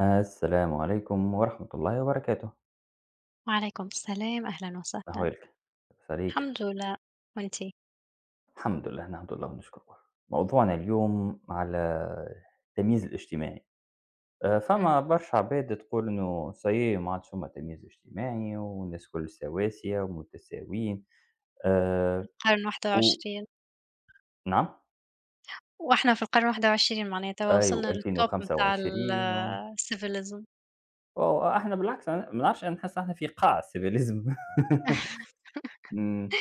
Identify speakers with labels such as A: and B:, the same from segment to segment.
A: السلام عليكم ورحمة الله وبركاته.
B: وعليكم السلام، أهلًا وسهلًا،
A: أحوالك؟ لاباس عليك؟
B: الحمد لله، وأنتِ؟
A: الحمد لله، نحمد الله ونشكر الله. موضوعنا اليوم على التمييز الاجتماعي.
B: إمم،
A: فما برشا عباد تقول إنه سايي ما عادش فما تمييز اجتماعي والناس كل سواسية ومتساويين، آآ
B: قرن
A: و
B: 21.
A: نعم؟
B: وإحنا في القرن 21 معناها توا
A: أيوه
B: وصلنا للtop متاع ال
A: 2025،
B: الcivilism
A: وإحنا بالعكس، أنا ما نعرفش، أنا نحس إحنا في قاع السيفيليزم. إمم.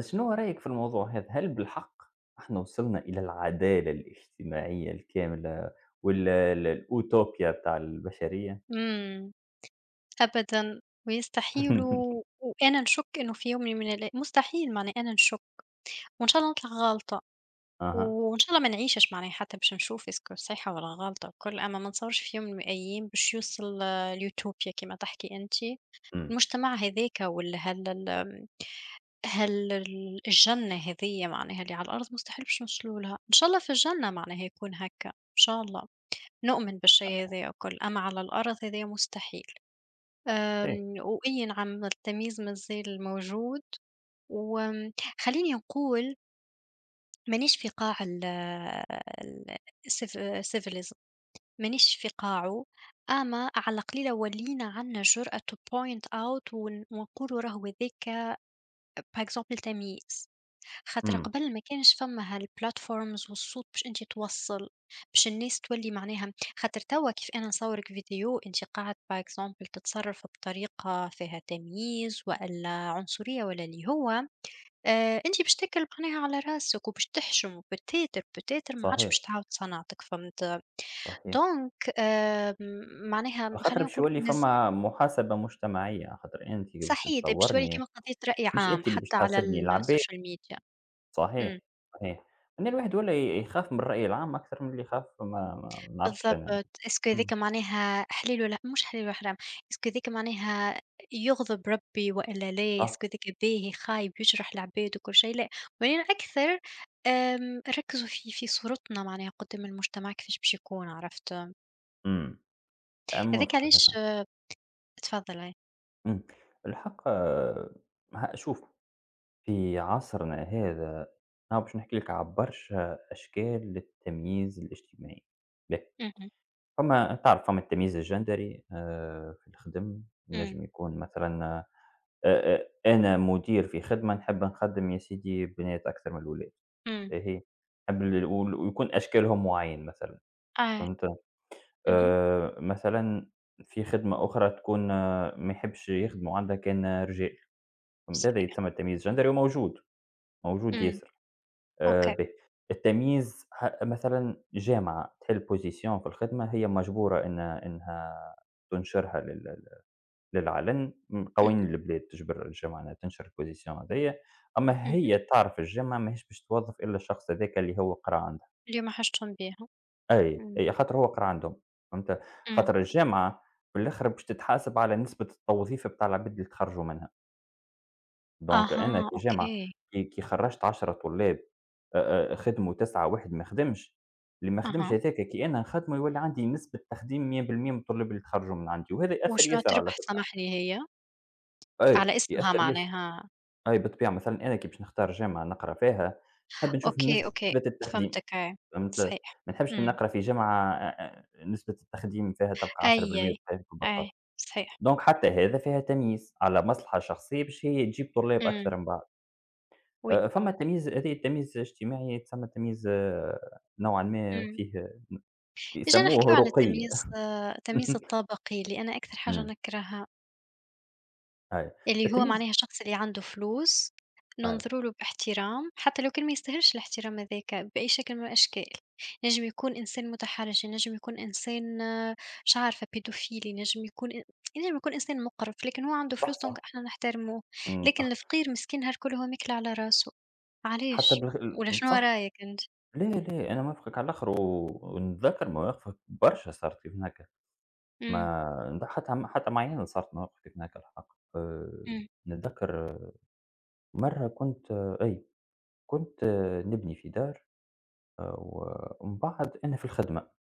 A: شنو رأيك في الموضوع هذا؟ هل بالحق إحنا وصلنا إلى العدالة الاجتماعية الكاملة والّا الأوتوبيا بتاع البشرية؟
B: إمم، أبدًا ويستحيل و وأنا نشُك إنه في يوم من الأي مستحيل معناها أنا نشُك، وإن شاء الله نطلع غالطة
A: أها،
B: وإن شاء الله ما نعيشش معناها حتى باش نشوف إسكو صحيحة والّا غلطة والكل، أما ما نتصورش في يوم من الأيام باش يوصل الutopia كيما تحكي أنتِ،
A: إمم،
B: المجتمع هاذاك ولا هال ال ال الجنة هذيّة معناها اللي على الأرض مستحيل باش نوصلوا لها، إن شاء الله في الجنة معناها يكون هكا، إن شاء الله، نؤمن بالشي هذايا الكل، أما على الأرض هذايا مستحيل،
A: صحيح،
B: وإي نعم التمييز مازال موجود، وآمم، خلّيني نقول مانيش في قاع ال ال الcivilism، مانيش في قاعه، أما على قليلة ولينا عندنا الجرأة to point out ونقولوا راهو هذاكا par exemple تمييز. خاطر
A: إمم،
B: قبل ما كانش فما هالبلاتفورمز والصوت باش أنت توصّل، باش الناس تولي معناها خاطر توا كيف أنا نصورك فيديو أنت قاعد par exemple تتصرّف بطريقة فيها تمييز وإلا عنصرية ولا اللي هو، أنت باش تاكل معناها على راسك وباش تحشم وبتاتر، بتاتر ما عادش
A: صحيح،
B: باش تعاود صنعتك، فهمت؟
A: صحيح،
B: دونك آمم معناها
A: على خاطر
B: خلّينا
A: باش
B: نقول
A: يولي فما محاسبة مجتمعية، على خاطر أنت كي باش
B: صحيح دي باش تولي كيما
A: تصورني
B: قضية رأي
A: مش
B: عام
A: أنت اللي باش
B: حتى على
A: تحاسبني العباد،
B: السوشيال ميديا.
A: صحيح،
B: إمم.
A: صحيح، إن الواحد ولا يخاف من الرأي العام أكثر من اللي يخاف، ما نعرفش
B: بالضبط،
A: أنا،
B: إسكو
A: إمم،
B: هاذيك معناها حلال والّا مش حلال والّا حرام، إسكو هاذيك معناها يغضب ربي والّا لا،
A: صح،
B: إسكو هاذيك باهي خايب يجرح العباد وكل شيء، لأ، ولكن أكثر ركّزوا في صورتنا معناها قدّام المجتمع كيفاش باش يكون، عرفت؟
A: إمم، عمو
B: هاذاك علاش
A: فكرة.
B: أه، تفضّل أي.
A: إمم. الحق، شوف، في عصرنا هذا أنا باش نحكي لك على برشا أشكال للتمييز الاجتماعي، باهي،
B: اهم،
A: فما تعرف فما التمييز الجندري في الخدم،
B: إمم،
A: ينجم يكون مثلًا، أ أ أنا مدير في خدمة نحب نخدم يا سيدي بنات أكثر من الولاد،
B: إمم،
A: باهي، نحب ال وال ويكون أشكالهم معين مثلًا،
B: آه،
A: فهمت؟
B: اهم،
A: مثلًا في خدمة أخرى تكون، ما يحبش يخدموا عندها كان رجال. ده
B: صحيح،
A: يتسمى التمييز جندري وموجود، موجود
B: إمم،
A: ياسر
B: أوكي،
A: به. التمييز، مثلًا جامعة تحل position في الخدمة، هي مجبورة إنها تنشرها للعلن،
B: اهم،
A: قوانين البلاد تجبر الجامعة إنها تنشر الposition هذيّا، أما
B: اهم،
A: هي تعرف الجامعة ماهيش باش توظّف إلا الشخص هذاك اللي هو قرا عندها،
B: اليوم حاجتهم بيها،
A: أي،
B: إمم،
A: أي، خاطر هو قرا عندهم، فهمت؟
B: إمم،
A: خاطر الجامعة في الآخر باش تتحاسب على نسبة التوظيف بتاع العباد اللي تخرجوا منها. دونك أنا
B: أها،
A: كجامعة
B: أوكي،
A: كي خرّجت 10 طلاب، خدموا 9، واحد ما خدمش، اللي ما خدمش
B: أها،
A: هذاك كي أنا نخدمه يولي عندي نسبة تخديم 100% من الطلاب اللي تخرجوا من عندي، وهذا يأثّر
B: وشنو
A: ياسر على
B: تربح
A: فكرة،
B: سامحني هي؟
A: أي
B: على اسمها
A: يأثّر ياسر،
B: معناها
A: أي بالطبيعة مثلًا أنا كي باش نختار جامعة نقرا فيها، نحب نشوف
B: أوكي، أوكي،
A: نسبة التخديم،
B: فهمتك أيوه،
A: فهمت،
B: صحيح،
A: ما نحبش
B: إمم،
A: نقرا في جامعة، أ أ نسبة التخديم فيها تلقى
B: أي،
A: 10%
B: أي،
A: وتخليك تبطّل،
B: أي، صحيح،
A: دونك حتى هذا فيها تمييز على مصلحة شخصية باش هي تجيب طلاب
B: إمم،
A: أكثر من بعد.
B: oui،
A: فما تمييز هذايا، التمييز الاجتماعي يتسمى تمييز، نوعًا ما
B: إمم،
A: فيه
B: إجينا
A: يسموه
B: نحكيو على
A: رقي.
B: التمييز آه، التمييز الطبقي اللي أنا أكثر حاجة
A: إمم،
B: نكرهها.
A: أيوه.
B: اللي هو
A: التمييز
B: معناها الشخص اللي عنده فلوس،
A: أيوه،
B: ننظروا له باحترام، حتى لو كان ما يستاهلش الاحترام هذاك بأي شكل من الأشكال، ينجم يكون إنسان متحرش، ينجم يكون إنسان آه، مش عارفة pedophile ينجم يكون ينجم يكون إنسان مقرف، لكن هو عنده
A: صح،
B: فلوس دونك
A: صح،
B: إحنا نحترموه،
A: إمم،
B: لكن
A: صح.
B: الفقير مسكين هالكل هو ماكل على راسه،
A: حتى
B: علاش؟
A: بالغ
B: والّا شنو
A: صح،
B: رأيك أنت؟
A: لا، لا، أنا موافقك على الآخر، و ونتذكر مواقفك برشا صارت كيف هناك،
B: إمم،
A: ما حتى حتى معايا أنا صارت مواقف كيف هناك الحق. آآ
B: إمم،
A: نتذكر، مرة كنت، آه، أي، كنت، نبني في دار، و ومن بعد أنا في الخدمة.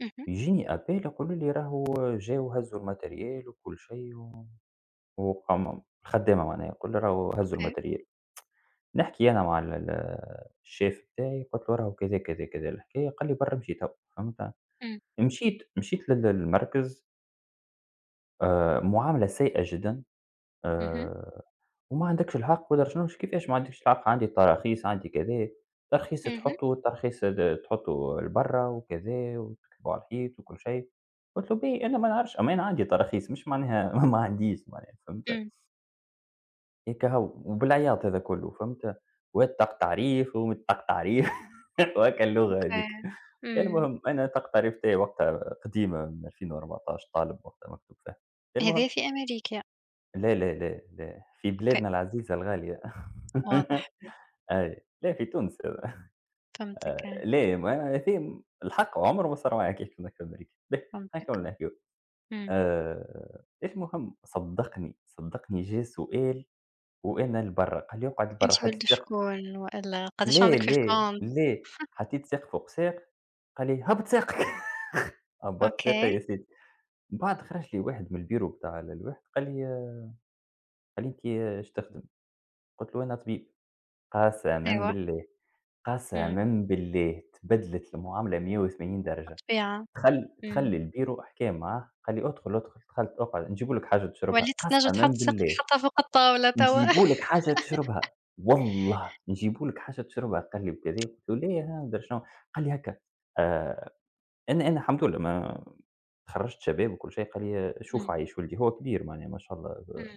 B: اهم،
A: يجيني آبال يقولوا لي راهو جاو هزوا الماتيريال وكل شيء، و وقام الخدامة معناها يقول لي راهو هزوا
B: أوكي،
A: الماتيريال، نحكي أنا مع ال ال الشيف بتاعي، قلت له راهو كذا، كذا، كذا الحكاية، قال لي برا امشي تو، فهمت،
B: إمم،
A: مشيت للمركز، معاملة سيئة جدًا،
B: اهم،
A: آآ وما عندكش الحق ولا شنو، كيفاش ما عندكش الحق، عندي تراخيص، عندي كذا، ترخيص
B: اهم،
A: تحطه، الترخيص تحطه لبرا وكذا وتكتبه على الحيط وكل شيء، قلت له باهي أنا ما نعرفش، أما أنا عندي تراخيص، مش معناها ما عنديش معناها، فهمت،
B: إمم،
A: هيك هو، وبالعياط هذا كله، فهمت، واتق تعريف ومتق تعريف وهكا اللغة هذيك،
B: أوكي، إمم،
A: المهم أنا تق تعريف تاعي وقتها قديمة من 2014، طالب وقتها مكتوب فيها،
B: هذا
A: المهم
B: في أمريكا،
A: لا لا لا لا، في
B: أوكي،
A: بلادنا العزيزة الغالية.
B: واضح، باهي،
A: أي، لا في تونس هذا،
B: فهمتك.
A: لا، ما هذي الحق عمره ما صار معايا كيف كنا في أمريكا، باهي، هاكا
B: فهمتِك،
A: ولا نحكيو.
B: إمم.
A: المهم صدّقني، صدّقني جا سؤال وأنا لبرا، قال لي اقعد لبرا،
B: أنتِ ولد
A: حطيت ساق،
B: شكون وإلا قداش
A: لا،
B: عندِك في
A: لا،
B: الكونت؟
A: لا، حطيت ساق فوق ساق، قال لي هبّط ساقك. هبّطت ساقي
B: أوكي،
A: يا سيدي، من بعد خرج لي واحد من البيرو بتاع الواحد، قال لي: "أنتِ ايش تخدم؟" قلت له: "أنا طبيب." قسمًا
B: أيوه،
A: بالله،
B: إمم،
A: قسمًا بالله تبدلت المعاملة 180 درجة.
B: الطبيعة، إمم.
A: تخلّي البيرو حكى معاه، قال لي: "أدخل، أدخل." دخلت، "اقعد، نجيبوا لك حاجة تشربها."
B: وليتِ تنجم
A: قسمًا
B: تحط ساقِك
A: بالله،
B: حتى فوق الطاولة توا.
A: "نجيبوا لك حاجة تشربها، والله نجيبوا لك حاجة تشربها." قال لي بكذا، قلت له: "لا ها مدري شنو." قال لي هكا، آآ أنا الحمد لله، ما تخرّجت شباب وكل شيء، قال لي: "شوف
B: إمم،
A: عايش ولدي." هو كبير معناها ما شاء الله،
B: إمم،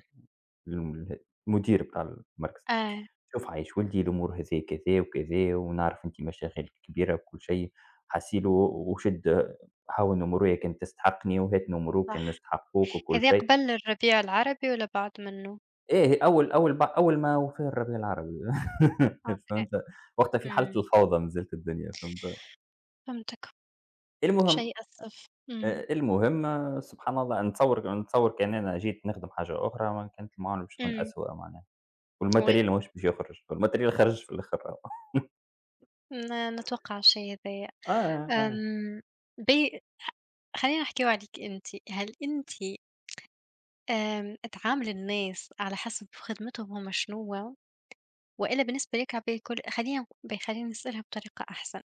A: ال المدير بتاع المركز.
B: آه،
A: شوف عايش ولدي، الأمور هذه كذا وكذا، ونعرف أنتِ مشاغل كبيرة وكل شيء. حاسي له وشد هاون أمورو يا كان تستحقني وهات أموروك كان
B: صح.
A: نستحقوك وكل
B: هذا
A: شيء.
B: قبل الربيع العربي والّا بعد منه؟
A: إيه، أول ما وفى الربيع العربي.
B: أوكي،
A: فهمت؟ وقتها في حالة
B: إمم،
A: الفوضى ما زالت الدنيا، فهمت؟
B: فهمتِك،
A: المهم،
B: شيء أسف. إمم،
A: سبحان الله، نتصور كان أنا جيت نخدم حاجة أخرى، ما كانت المعاملة باش تكون
B: إمم،
A: أسوأ معناها،
B: oui،
A: والmaterial ماهوش باش يخرج، والmaterial خرج في الآخر.
B: ن نتوقع الشيء هذايا.
A: آه، آه.
B: آمم، باهي خ خلّينا نحكيو عليكِ أنتِ، هل أنتِ آمم، تعامل الناس على حسب خدمتهم هُم شنو، وإلا بالنسبة ليك عبال كل، خلينا نسألها بطريقة أحسن،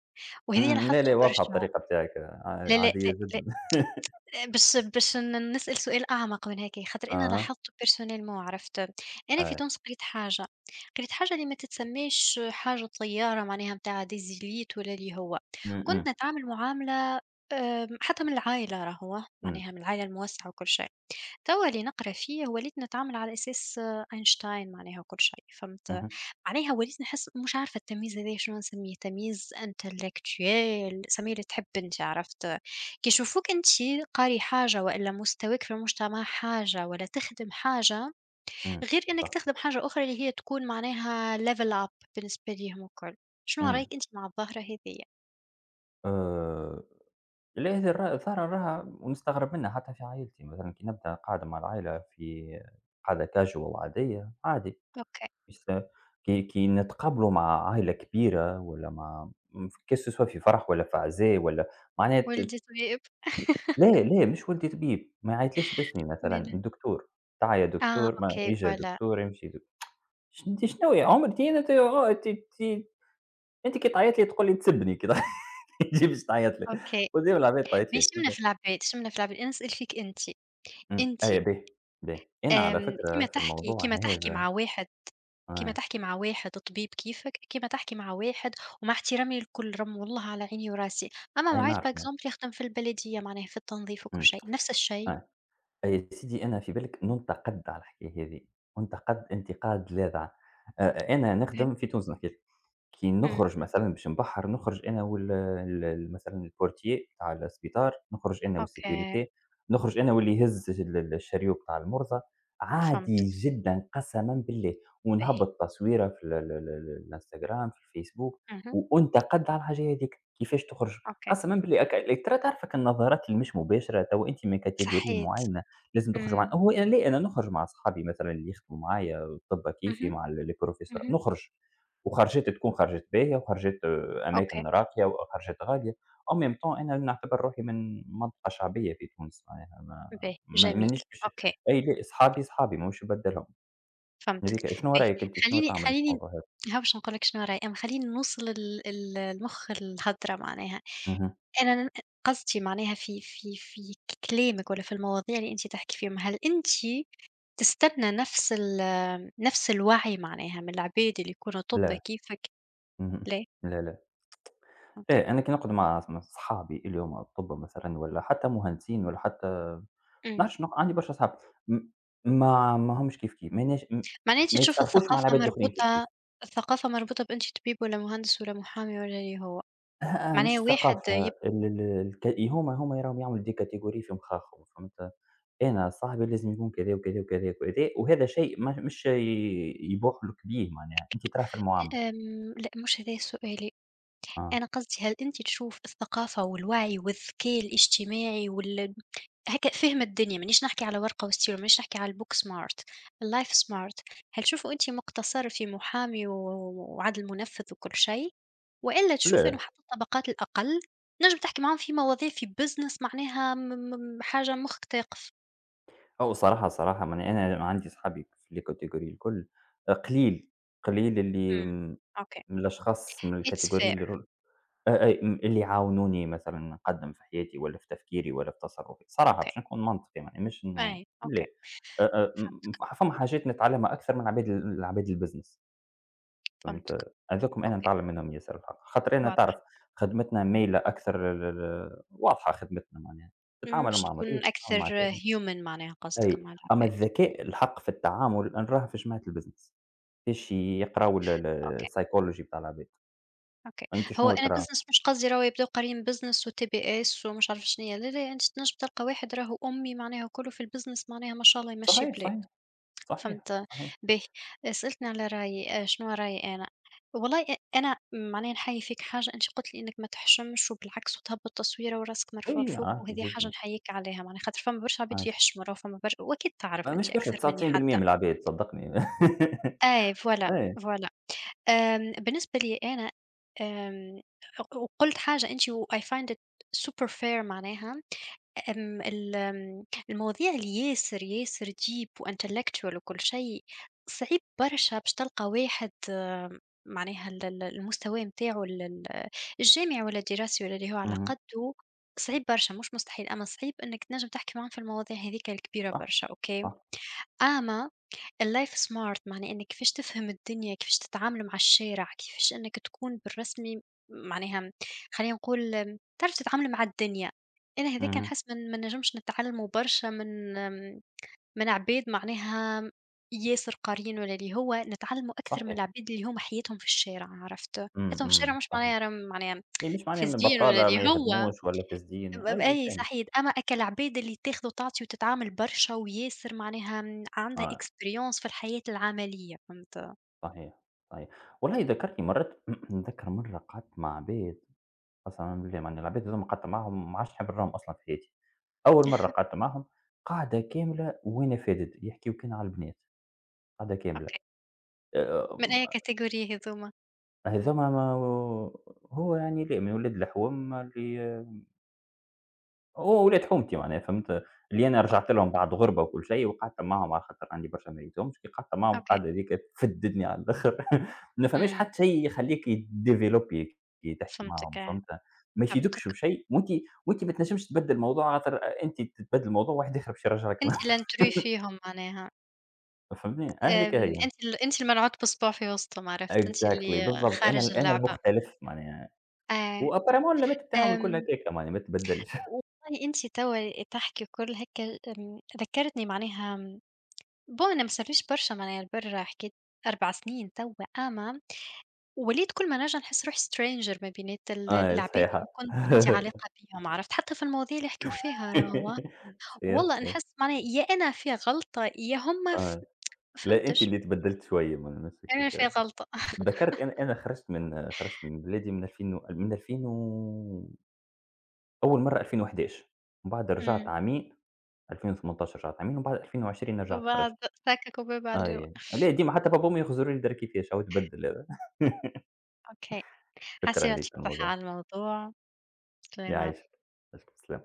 B: وهذه
A: إمم، لا، لا،
B: لاحظته
A: واضحة
B: برشا.
A: الطريقة بتاعِك،
B: لا، لا،
A: عادية
B: لا، لأ
A: جدًا.
B: باش نسأل سؤال أعمق من هيك، خاطر أنا
A: أها،
B: لاحظته personellement، عرفت، أنا في
A: آه،
B: تونس قريت حاجة، قريت حاجة اللي ما تتسماش حاجة طيارة معناها متاع des élites ولا اللي هو،
A: إمم،
B: كنت
A: إمم،
B: نتعامل معاملة آمم، حتى من العائلة راهو
A: إمم،
B: معناها من العائلة الموسعة وكل شيء. توا اللي نقرا فيه وليت نتعامل على أساس آه، أينشتاين معناها وكل شيء فهمت،
A: اهم،
B: معناها وليت نحس مش عارفة التمييز هذايا شنو نسميه تمييز انتلكتويال، سميه اللي تحب انت، عرفت؟ كي يشوفوك انت قاري حاجة والا مستواك في المجتمع حاجة ولا تخدم حاجة
A: إمم،
B: غير انك
A: صح،
B: تخدم حاجة أخرى اللي هي تكون معناها level up بالنسبة ليهم الكل. شنو رأيك
A: إمم،
B: انت مع الظاهرة هذيا؟
A: آآ، لا هذه، فعلًا راها ونستغرب منها، حتى في عائلتي مثلًا كي نبدأ قاعدة مع العائلة في قاعدة casual عادية، عادي،
B: اوكي
A: مش كي نتقابلوا مع عائلة كبيرة والّا مع، que ce soit في فرح والّا في عزاء والّا معناها
B: ولدي طيب
A: لا، لا، مش ولدي طبيب، ما يعيطليش باسمي
B: ماله؟
A: مثلًا الدكتور، تعا يا
B: آه
A: دكتور، ما
B: اوكي
A: ييجي
B: فوالا
A: دكتور، يمشي، أنتِ شنو يا عمري؟ أنتِ أنتِ آه أنتِ أنتِ أنتِ كي تعيط لي، تقول لي تسبني كي تعيط. تجي باش تعيط لي،
B: اوكي
A: قدام العباد تعيط لي
B: ماشي من
A: هكاك،
B: العباد، مش من العباد، أنا نسأل فيك أنتِ،
A: إمم،
B: أنتِ
A: أيا باهي، باهي، أنا على
B: آمم،
A: فكرة في الموضوع
B: كيما تحكي
A: هذا،
B: مع واحد كيما
A: آه،
B: تحكي مع واحد طبيب كيفك، كيما تحكي مع واحد، ومع احترامي للكل راهم والله على عيني وراسي، أما مع
A: أي
B: واحد
A: نعرف،
B: par
A: نعرف،
B: exemple يخدم في البلدية معناها في التنظيف وكل
A: إمم،
B: شيء، نفس الشيء،
A: أي. يا سيدي، أنا في بالِك نُنتقد على الحكاية هذي، أُنتقد انتقاد لاذع. أنا
B: أوكي،
A: نخدم في تونس، نحكي لك، كي
B: إمم،
A: نخرج مثلًا باش نبحّر، نخرج أنا وال ال ال مثلًا الPortier بتاع السبيطار، نخرج أنا
B: أوكي،
A: والsécurité، نخرج أنا واللي يهز ال ال الشريو بتاع المرضى، عادي
B: فهمت،
A: جدًا قسمًا بالله،
B: باهي،
A: ونهبّط تصويرة في ال ال ال ال الInstagram، في الFacebook،
B: اهم،
A: وأُنتقد على الحاجة هاذيك، كيفاش تخرج؟
B: أوكي،
A: قسمًا بالله، ترى تعرف هاكا النظرات اللي مش مباشرة، توا أنت من catégorie
B: صحيت،
A: معينة لازم تخرج مع
B: إمم،
A: هو، أنا ليه أنا نخرج مع أصحابي مثلًا اللي يخدموا معايا، طب كيفي
B: اهم،
A: مع الprofesseur
B: اهم،
A: نخرج، وخرجات تكون خرجات باهية وخرجات،
B: أوكي،
A: أماكن راقية وخرجات غالية، en même temps أنا نعتبر روحي من منطقة شعبية في تونس معناها، ما
B: باهي،
A: ما
B: جميل،
A: مانيش باش،
B: أوكي.
A: أي لأ، صحابي، صحابي ماهوش نبدلهم.
B: فهمتك،
A: هاذيك، شنو
B: باهي
A: رأيك أنت، شنو تعمل في
B: خلّيني
A: الموضوع هذا؟
B: ها باش نقول لك شنو رايي، أما خلّيني نوصل ال ال المخ الهدرة معناها،
A: اهم،
B: أنا ن قصدي معناها في كلامِك والّا في المواضيع اللي أنتِ تحكي فيهم، هل أنتِ تستنى نفس الوعي معناها من العباد اللي يكونوا طُبّا
A: لا،
B: كيفك؟
A: اهم،
B: لا؟
A: لا، لا.
B: أوكي،
A: إيه، أنا كي نقعد مع، مع صحابي اللي هما أطباء مثلًا والّا حتى مهندسين والّا حتى ما
B: إمم،
A: نعرفش، عندي برشا صحاب، م ما ماهمش كيف، كيف، ماناش،
B: معناها أنتِ
A: ما
B: تشوف
A: يتصرفوش مع
B: الثقافة
A: العباد الآخرين كيف،
B: مربوطة،
A: كيف.
B: الثقافة مربوطة بأنتِ طبيب والّا مهندس والّا محامي والّا اللي هو،
A: أها، أها، مش
B: معناها واحد
A: ثقافة،
B: يب
A: ال ال الك هما راهم يعملوا دي categories في مخاخهم، فهمت؟ أنا صاحبي لازم يكون كذا وكذا وكذا وكذا، وهذا شيء ما مش، يبوح لك بيه معناها، أنت تراه في المعاملة.
B: آمم، لأ مش هذا سؤالي.
A: آه.
B: أنا قصدي هل أنتِ تشوف الثقافة والوعي والذكاء الاجتماعي وال هكا فهم الدنيا، مانيش نحكي على ورقة وستيرة، مانيش نحكي على الbook smart، الlife smart، هل تشوفه أنتِ مقتصر في محامي و وعدل منفذ وكل شيء، وإلا تشوف إنه
A: لا.
B: حتى الطبقات الأقل تنجم تحكي معاهم في مواضيع في business معناها م م حاجة مخك تاقف؟
A: هو صراحة، صراحة ما أنا عندي صحابي في الcategory الكل، قليل، قليل اللي
B: إمم، أوكي.
A: من الأشخاص، من
B: It's
A: الcategory
B: fair
A: اللي، أ أي م اللي يعاونوني مثلًا نقدّم في حياتي والّا في تفكيري والّا في تصرُّفي، صراحة
B: أوكي،
A: باش نكون منطقي يعني مش إنه
B: أي
A: لا،
B: أوكي،
A: أ أ م م
B: فهمتك،
A: فما حاجات نتعلّمها أكثر من عباد الbusiness،
B: فهمتك،
A: فهمت، هاذوكم أنا
B: أوكي،
A: نتعلّم منهم ياسر الحق، خاطر أنا
B: واضح.
A: تعرف خدمتنا مايلة أكثر واضحة، خدمتنا معناها،
B: إمم،
A: تتعامل
B: باش
A: مع مريض،
B: تكون
A: تتعامل
B: أكثر
A: مع كذا.
B: human معناها قصدك
A: أي،
B: مع
A: أما
B: العباد،
A: الذكاء الحق في التعامل أنا نراه في جماعة الbusiness، كيفاش يقراو ال ال
B: أوكي،
A: الpsychology بتاع العباد،
B: أوكي،
A: أنت
B: هو
A: شنو
B: أنا
A: تراه؟
B: business مش قصدي راهو يبداو قاريين business وTBS ومش عارفة شنيا، لا، لا، أنت تنجم تلقى واحد راهو أمي معناها وكلّه في الbusiness معناها ما شاء الله يمشّي
A: صحيح،
B: بلاد،
A: صحيح، صحيح،
B: فهمت؟
A: صحيح،
B: باهي، سألتني على رأيي، شنو رأيي أنا؟ والله أنا معناها نحيّي فيك حاجة، أنت قُلت لي إنك ما تحشمش وبالعكس وتهبّط تصويرة وراسك مرفوع
A: أي
B: لفوق
A: عادي
B: وهذه حاجة
A: جدًا،
B: نحيّيك عليها معناها خاطر فما برشا عباد
A: عايشة،
B: يحشموا راهو فما برشا وأكيد تعرف
A: ما
B: أنت
A: مش برشا
B: أكثر مني
A: 99%
B: حتى.
A: من العباد، صدقني.
B: أي voilà،
A: أي،
B: voilà. آمم، بالنسبة لي أنا آمم، وقُلت حاجة أنتِ وI find it super fair معناها آمم، آمم، المواضيع اللي ياسر deep وintellectual وكل شيء، صعيب برشا باش تلقى واحد أم، معناها ال ال المستوى متاعه ال ال الجامعي والّا الدراسي والّا اللي هو على
A: اهم،
B: قدّه، صعيب برشا مش مستحيل، أمّا صعيب إنّك تنجم تحكي معاهم في المواضيع هاذيك الكبيرة
A: صح،
B: برشا، أوكي؟
A: صح،
B: أما الlife smart معناه إنِّك كيفاش تفهم الدنيا، كيفاش تتعامل مع الشارع، كيفاش إنّك تكون بالرسمي معناها خلّينا نقول آمم، تعرف تتعامل مع الدنيا، أنا هاذاك
A: اهم،
B: نحس من ما نجمش نتعلمه برشا من آمم، من عباد معناها ياسر قاريين ولا اللي هو نتعلمه أكثر من
A: صحيح،
B: العباد اللي هُم حياتهم في الشارع، عرفت؟
A: إمم،
B: حياتهم في الشارع
A: إمم،
B: مش
A: صحيح،
B: معناها راهم معناها
A: هي مش معناها
B: فاسدين ولا
A: بطالة
B: اللي
A: ما
B: هو
A: يخدموش ولا فاسدين،
B: م
A: أي
B: أي
A: فاهمك،
B: صحيح، أما أكل عباد اللي تاخد وتعطي وتتعامل برشا وياسر معناها م عندها
A: آه،
B: experience في الحياة العملية، فهمت؟
A: صحيح، صحيح، والله ذكرتني مرات، نتذكر مرة قعدت مع عباد، قسمًا بالله، معني العباد هاذوما قعدت معاهم ما عادش نحب نراهم أصلًا في حياتي، أول مرة قعدت معاهم قعدة كاملة وأنا فادد، يحكيو كان على البنات قعدة كاملة،
B: أوكي،
A: آآ
B: من أي category هاذوما؟
A: هاذوما، ما هو يعني، لا من ولاد الحوم، اللي هو ولاد حومتي معناها فهمت، اللي أنا رجعت
B: أوكي،
A: لهم بعد غُربة وكل شيء وقعدت معاهم على خاطر عندي برشا ما لقيتهمش، كي قعدت معاهم
B: أوكي،
A: القعدة هاذيك تفدِّتني على الآخر. ما فماش
B: إمم،
A: حتى شيء يخلّيك تdevelopper كي تحكي
B: فهمتك
A: معاهم،
B: آه،
A: فهمت، ما يفيدوكش
B: فهمتك،
A: بشيء، وأنت ما تنجمش تبدّل الموضوع، خاطر أنت تبدّل الموضوع واحد آخر باش يرجع لك.
B: أنتِ الintrus فيهم معناها،
A: فهمتني، هاذيك
B: آمم،
A: هي
B: أنتِ الملعوب بصباع في وسطهم، عرفت، أنتِ
A: exactly
B: اللي
A: بالضبط،
B: خارج
A: أنا
B: اللعبة،
A: المختلف معناها،
B: آه،
A: وapparemment اللمات بتاعهم الكل
B: آمم،
A: هكاكا معناها ما تبدّلش.
B: والله أنتِ توا تحكي وكل هكا آمم، ذكّرتني معناها بو أنا ما صارليش برشا معناها البر حكيت 4 سنين توا أما وليت كل ما نرجع نحس روحي stranger ما بينات
A: آه
B: العباد
A: صحيحة.
B: اللي كنت عندي علاقة بيهم، عرفت؟ حتى في المواضيع اللي يحكيو فيها راهو،
A: صحيح،
B: والله
A: صحيح.
B: نحس معناها يا أنا في غلطة يا هُم ف
A: آه.
B: ما
A: لأ، أنتِ
B: فهمتش،
A: اللي تبدّلتِ شوية من نفسِك
B: أنا في
A: هيك.
B: غلطة
A: ذكرت، أنا خرجت من بلادي من 2000 و من 2000 و أول مرّة 2011، ومن بعد رجعت
B: إمم،
A: عامين، 2018 رجعت عامين ومن بعد 2020
B: وبعد
A: خرجت.
B: سككوا باب على الجوة،
A: أي. لأ، ديما حتى بابا وماما يخزروا لي الدار كيفاش، أهو تبدّل هذا.
B: أوكي،
A: شكرًا
B: حسّيت
A: ليك
B: يعطيك
A: على
B: الصحة
A: الموضوع.
B: على الموضوع، سلامة.
A: يعيشك. يعيشك بالسلامة.